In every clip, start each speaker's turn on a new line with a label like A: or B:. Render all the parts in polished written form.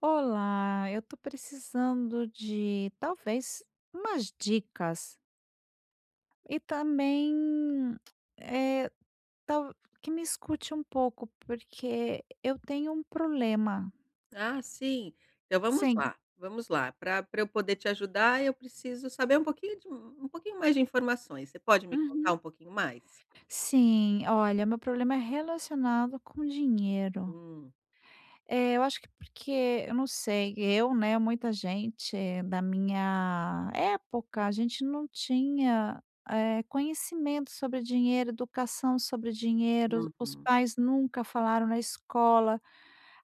A: Olá, eu tô precisando de talvez umas dicas e também, eh, tal que me escute um pouco, porque eu tenho um problema.
B: Ah, sim. Então vamos
A: Sim.
B: lá, vamos lá. Para eu poder te ajudar, eu preciso saber um pouquinho de um pouquinho mais de informações. Você pode me contar
A: Uhum.
B: um pouquinho mais?
A: Sim, olha, meu problema é relacionado com dinheiro.
B: Hum,
A: É, eu acho que porque, eu não sei, eu, né, muita gente da minha época, a gente não tinha, conhecimento sobre dinheiro, educação sobre dinheiro, os
B: uhum.
A: pais nunca falaram na escola.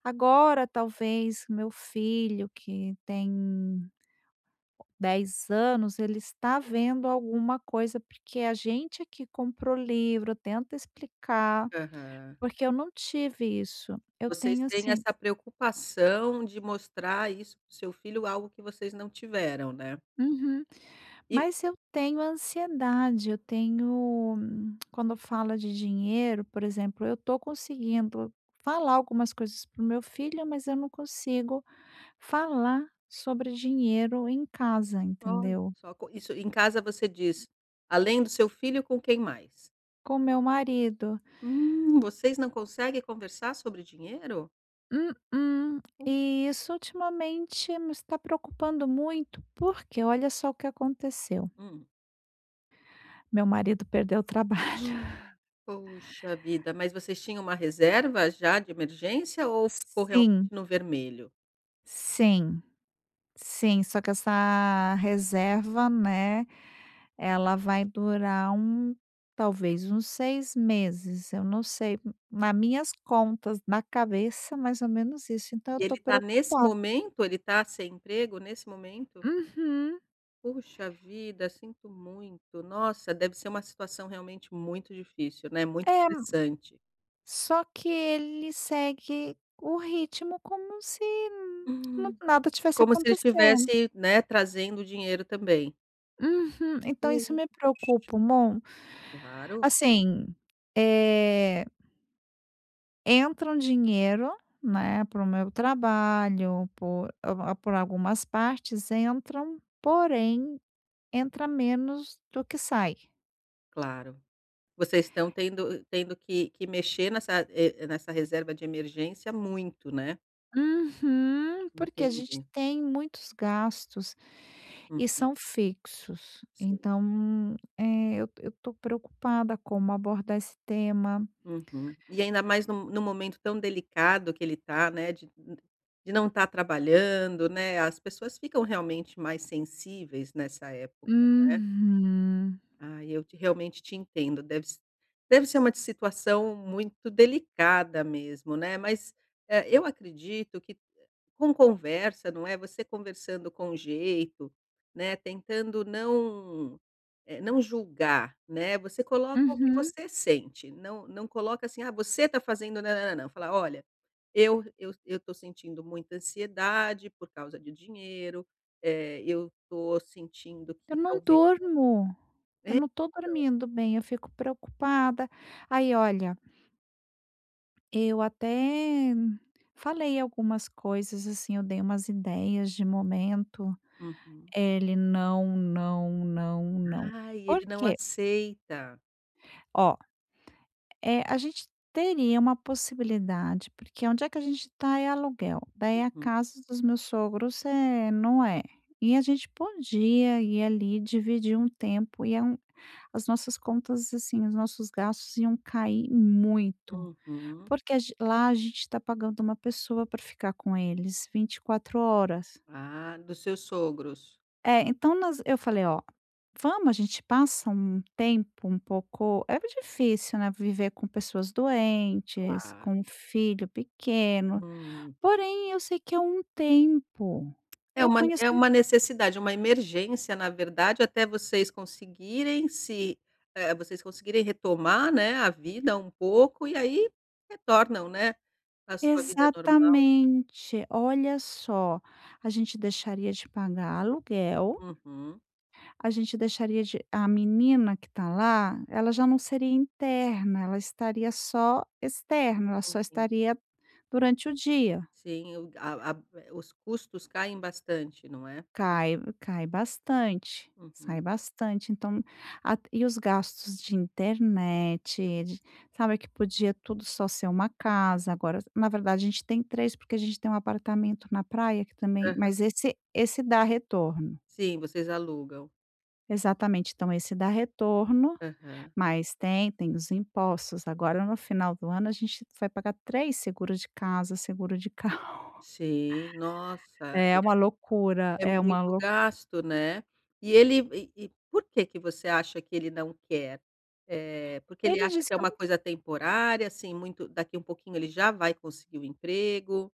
A: Agora, talvez, meu filho, que tem 10 anos, ele está vendo alguma coisa, porque a gente aqui que comprou livro, tenta explicar,
B: Aham.
A: porque eu não tive isso. Eu
B: Vocês
A: tenho
B: têm
A: assim
B: essa preocupação de mostrar isso para o seu filho, algo que vocês não tiveram, né.
A: uhum.
B: E
A: Mas eu tenho ansiedade, eu tenho quando fala de dinheiro, por exemplo, eu tô conseguindo falar algumas coisas para o meu filho, mas eu não consigo falar sobre dinheiro em casa,
B: olha
A: entendeu.
B: só, co isso em casa você diz, além do seu filho, com quem mais?
A: Com meu marido.
B: Vocês não conseguem conversar sobre dinheiro?
A: Hum, hum. E isso ultimamente me está preocupando muito, porque olha só o que aconteceu,
B: Hum.
A: meu marido perdeu o trabalho.
B: Hum. Poxa vida, mas vocês tinham uma reserva já de emergência ou ficou realmente
A: Sim,
B: no vermelho?
A: sim. Sim, só que essa reserva, né, ela vai durar um talvez uns 6 meses, eu não sei, na minhas contas, na cabeça, mais ou menos isso, então eu
B: E ele
A: tô
B: está nesse
A: preocupada.
B: momento, ele está sem emprego nesse momento?
A: Uhum.
B: Puxa vida, sinto muito. Nossa, deve ser uma situação realmente muito difícil, né, muito
A: É,
B: estressante.
A: só que ele segue o ritmo como se nu
B: Hum.
A: nada tivesse
B: Como se ele
A: acontecendo.
B: estivesse, né, trazendo dinheiro também.
A: Uhum, então isso
B: Hum.
A: me preocupa um mon,
B: Claro,
A: assim, eh entra um dinheiro, né, para o meu trabalho, por algumas partes entram, porém, entra menos do que sai.
B: claro. Vocês estão tendo que mexer nessa, nessa reserva de emergência muito, né?
A: Uhum, porque a gente
B: Entendi.
A: tem muitos gastos
B: Hum,
A: e são fixos.
B: sim.
A: Então, eu tô preocupada como abordar esse tema.
B: Uhum. E ainda mais num momento tão delicado que ele está, né, de não estar trabalhando, né, as pessoas ficam realmente mais sensíveis nessa época, não é?
A: Uhum,
B: Ah, eu te realmente te entendo, deve ser uma situação muito delicada mesmo, né, mas, eu acredito que com conversa, não é, você conversando com jeito, né, tentando não, não julgar, né, você coloca o que
A: uhum.
B: você sente, não coloca assim: "Ah, você está fazendo não não nã nã fala: "Olha, eu estou sentindo muita ansiedade por causa de dinheiro, eu estou sentindo
A: Eu
B: que
A: não
B: talvez
A: durmo, eu não tô
B: eu".
A: dormindo bem, eu fico preocupada. Aí olha, eu até falei algumas coisas, assim, eu dei umas ideias de momento.
B: Uhum.
A: Ele: "Não, não, não, não".
B: Ai,
A: Por
B: ele não
A: quê?
B: aceita.
A: Ó, é, a gente teria uma possibilidade, porque onde é que a gente está é aluguel, daí a
B: Uhum,
A: casa dos meus sogros, é, não é. E a gente podia ir ali, dividir um tempo, e é um, as nossas contas, assim, os nossos gastos iam cair muito.
B: uhum.
A: Porque a gen lá a gente está pagando uma pessoa para ficar com eles 24 horas.
B: Ah, dos seus sogros.
A: É, então nós eu falei: "Ó, vamos, a gente passa um tempo um pouco". É difícil, né, viver com pessoas doentes,
B: Claro.
A: com um filho pequeno,
B: Hum.
A: porém eu sei que é um tempo. Eu conheço,
B: É uma necessidade, é uma emergência, na verdade, até vocês conseguirem se vocês conseguirem retomar, né, a vida um pouco e aí retornam, né, à sua vida normal.
A: exatamente. Olha só, a gente deixaria de pagar aluguel.
B: Uhum,
A: A gente deixaria de, a menina que está lá, ela já não seria interna, ela estaria só externa, ela só
B: entendi.
A: estaria durante o dia.
B: Sim, o a os custos caem bastante, não é?
A: Cai bastante,
B: Uhum.
A: sai bastante, então a e os gastos de internet, de, sabe, que podia tudo só ser uma casa, agora na verdade a gente tem três, porque a gente tem um apartamento na praia que também,
B: Aham.
A: mas esse dá retorno.
B: Sim, vocês alugam.
A: Exatamente, então esse dá retorno.
B: Aham.
A: Mas tem, tem os impostos. Agora no final do ano a gente vai pagar 3 seguros de casa, seguro de carro.
B: Sim, nossa.
A: É uma loucura,
B: É
A: é uma
B: muito
A: loucura.
B: gasto, né. E ele e por que que você acha que ele não quer? Porque ele
A: Ele
B: acha que
A: disse
B: é
A: que eu
B: uma
A: não,
B: coisa temporária, assim, muito daqui um pouquinho ele já vai conseguir o emprego,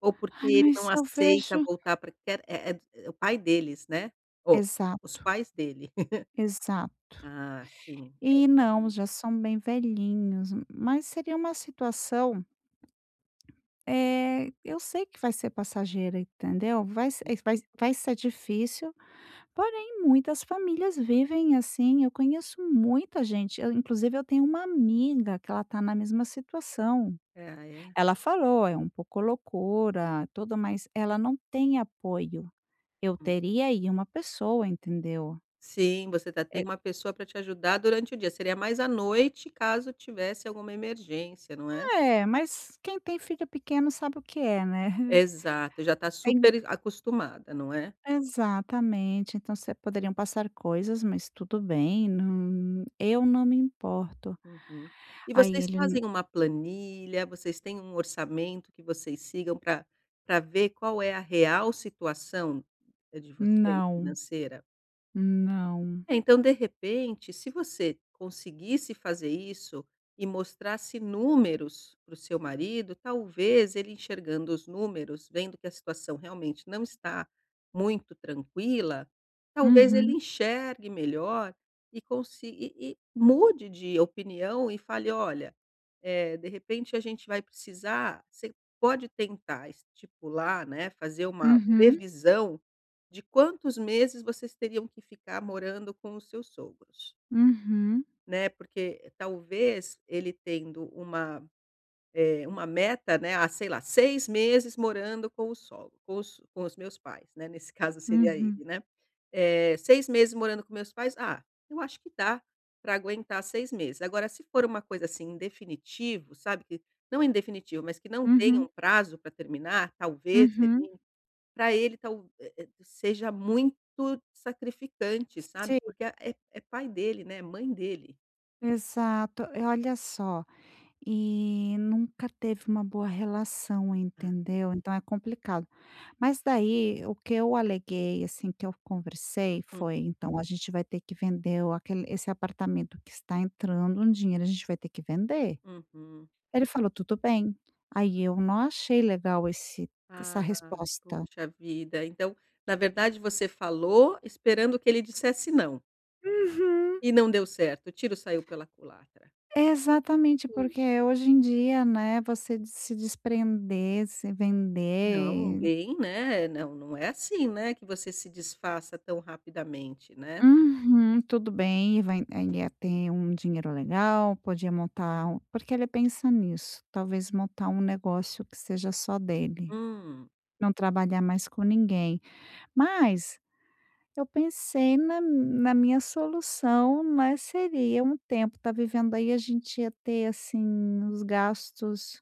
B: ou porque
A: ai,
B: ele não
A: mas eu
B: aceita
A: vejo,
B: voltar para quer é o pai deles, né, ou os
A: exato,
B: pais dele.
A: exato.
B: Ah, sim. É,
A: E não,
B: realmente.
A: já são bem velhinhos, mas seria uma situação, é, eu sei que vai ser passageira, entendeu? Vai se, vai, vai ser difícil. Porém, muitas famílias vivem assim. Eu conheço muita gente. Eu, inclusive, eu tenho uma amiga que ela está na mesma situação.
B: Ah, é?
A: Ela falou, é um pouco loucura, tudo, mas ela não tem apoio. Eu
B: Hum.
A: teria aí uma pessoa, entendeu?
B: Sim, você tem
A: É,
B: uma pessoa para te ajudar durante o dia, seria mais à noite, caso tivesse alguma emergência, não é?
A: é, mas quem tem filho pequeno sabe o que é, né?
B: Exato, já está
A: Tem-,
B: super acostumada, não é?
A: exatamente. Então, você poderiam passar coisas, mas tudo bem. Não-, eu não me importo.
B: Uhum. E
A: Aí
B: vocês
A: ele,
B: fazem uma planilha, vocês têm um orçamento que vocês sigam para ver qual é a real situação, de vocês
A: não,
B: financeira?
A: não.
B: É, então, de repente, se você conseguisse fazer isso e mostrasse números para o seu marido, talvez ele enxergando os números, vendo que a situação realmente não está muito tranquila, talvez ele
A: Uhum.
B: enxergue melhor e consi e mude de opinião e fale: "Olha, de repente a gente vai precisar". Você pode tentar estipular, né, fazer uma
A: Uhum,
B: previsão de quantos meses vocês teriam que ficar morando com os seus sogros,
A: uhum,
B: né, porque talvez ele tendo uma, uma meta, né, ah, sei lá, 6 meses morando com o sogro com os meus pais, né, nesse caso seria ele,
A: uhum,
B: né. 6 meses morando com meus pais, ah, eu acho que dá para aguentar 6 meses. Agora se for uma coisa, assim, em definitivo, sabe, que não em definitivo, mas que não tenha
A: uhum,
B: um prazo para terminar, talvez
A: uhum.
B: termine para ele seja muito sacrificante, sabe,
A: Sim,
B: porque é pai dele, né. É mãe dele.
A: exato. E olha só, e nunca teve uma boa relação,
B: Ah.
A: entendeu? Então é complicado. Mas daí o que eu aleguei, assim, que eu conversei
B: Hum,
A: foi, então a gente vai ter que vender o aquele esse apartamento que está entrando um dinheiro, a gente vai ter que vender.
B: uhum.
A: Ele falou: "Tudo bem". Aí eu não achei legal esse essa
B: Ai,
A: resposta.
B: poxa vida. Então, na verdade, você falou esperando que ele dissesse "não",
A: Uhum.
B: e não deu certo, o tiro saiu pela culatra.
A: Exatamente, porque
B: Puxa
A: hoje em
B: vida.
A: dia, né, você de se desprender, se
B: Não,
A: vender.
B: bem, né, não é assim, né, que você se desfaça tão rapidamente, né.
A: Uhum, tudo bem, e vai, ele ia ter um dinheiro legal, podia montar um, porque ele pensa nisso, talvez montar um negócio que seja só dele,
B: Hum.
A: não trabalhar mais com ninguém. Mas eu pensei na minha solução, né, seria um tempo tá vivendo aí, a gente ia ter, assim, os gastos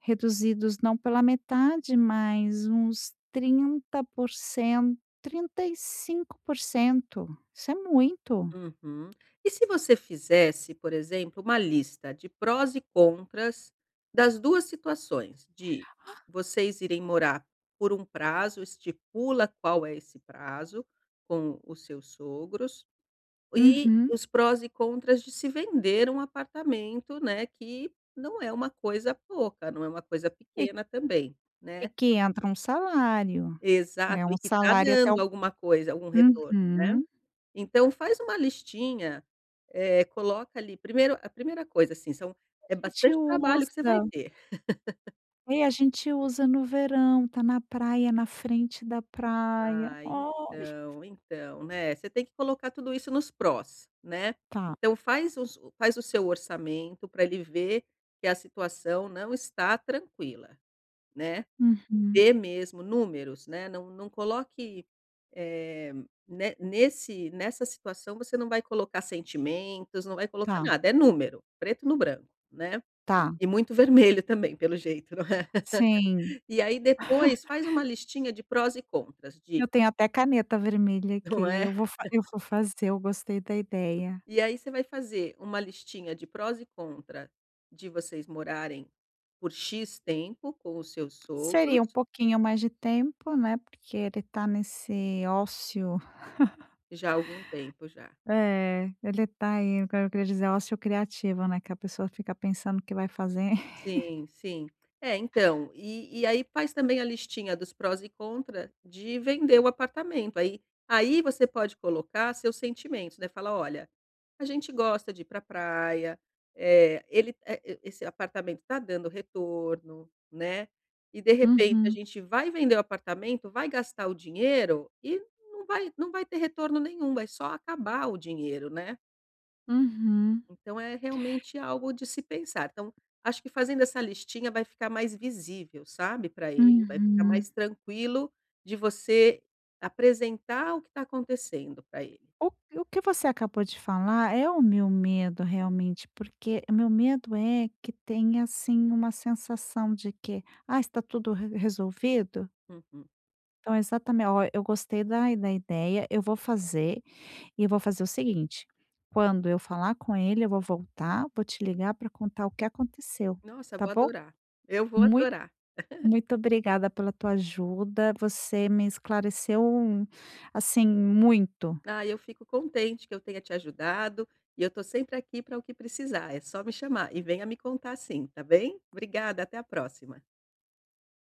A: reduzidos, não pela metade, mas uns trinta, 30%, trinta e cinco por cento, isso é muito.
B: Uhum. E se você fizesse, por exemplo, uma lista de prós e contras das 2 situações, de vocês irem morar por um prazo, estipula qual é esse prazo com os seus sogros, e
A: Uhum.
B: os prós e contras de se vender um apartamento, né, que não é uma coisa pouca, não é uma coisa
A: E
B: pequena também,
A: e
B: né.
A: que entra um salário,
B: Exato,
A: é
B: e
A: um
B: que está
A: salário até
B: dando
A: o.
B: alguma coisa, algum retorno, né.
A: Uhum.
B: Então faz uma listinha, coloca ali primeiro a primeira coisa, assim, são
A: a
B: é
A: gente
B: bastante trabalho que você vai
A: usa
B: ter.
A: É, a gente usa no verão, tá na praia, na frente da praia.
B: Ah,
A: Oh,
B: então, então, né, você tem que colocar tudo isso nos prós, né.
A: tá.
B: Então faz o seu orçamento para ele ver que a situação não está tranquila, né.
A: Uhum.
B: Vê mesmo números, né, não coloque, eh, ne nesse nessa situação você não vai colocar sentimentos, não vai colocar
A: Tá,
B: nada, é número, preto no branco, né.
A: tá.
B: E muito vermelho também, pelo jeito, não é.
A: Sim,
B: E aí depois faz uma listinha de prós e contras
A: eu
B: de
A: tenho até caneta vermelha aqui,
B: não é.
A: eu vou fazer, eu gostei da ideia.
B: E aí você vai fazer uma listinha de prós e contras de vocês morarem por "X" tempo com os seus sogros,
A: Seria um pouquinho mais de tempo, né, porque ele tá nesse ócio.
B: já há algum tempo já.
A: É, ele tá aí, o que eu queria dizer, ócio criativo, né, que a pessoa fica pensando o que vai fazer.
B: Sim, sim. É, então, e aí faz também a listinha dos prós e contra de vender o apartamento, aí você pode colocar seus sentimentos, né, fala: "Olha, a gente gosta de ir pra praia, e esse apartamento está dando retorno, né, e de repente a
A: Uhum,
B: gente vai vender o apartamento, vai gastar o dinheiro e não vai ter retorno nenhum, vai só acabar o dinheiro, né".
A: uhum,
B: Então é realmente algo de se pensar. Então, acho que fazendo essa listinha vai ficar mais visível, sabe, para ele, vai ficar
A: uhum.
B: mais tranquilo de você apresentar o que está acontecendo para ele.
A: O o que você acabou de falar é o meu medo realmente, porque o meu medo é que tenha, assim, uma sensação de que: "Ah, está tudo re resolvido?".
B: Uhum.
A: Então exatamente, ó, eu gostei da ideia, eu vou fazer. E eu vou fazer o seguinte, quando eu falar com ele, eu vou voltar, vou te ligar para contar o que aconteceu,
B: Nossa,
A: tá
B: vou
A: bom?
B: adorar, eu vou
A: Muito,
B: adorar.
A: muito obrigada pela tua ajuda. Você me esclareceu, assim, muito.
B: Ah, eu fico contente que eu tenha te ajudado e eu estou sempre aqui para o que precisar, é só me chamar e venha me contar sim, tá bem? Obrigada, até a próxima.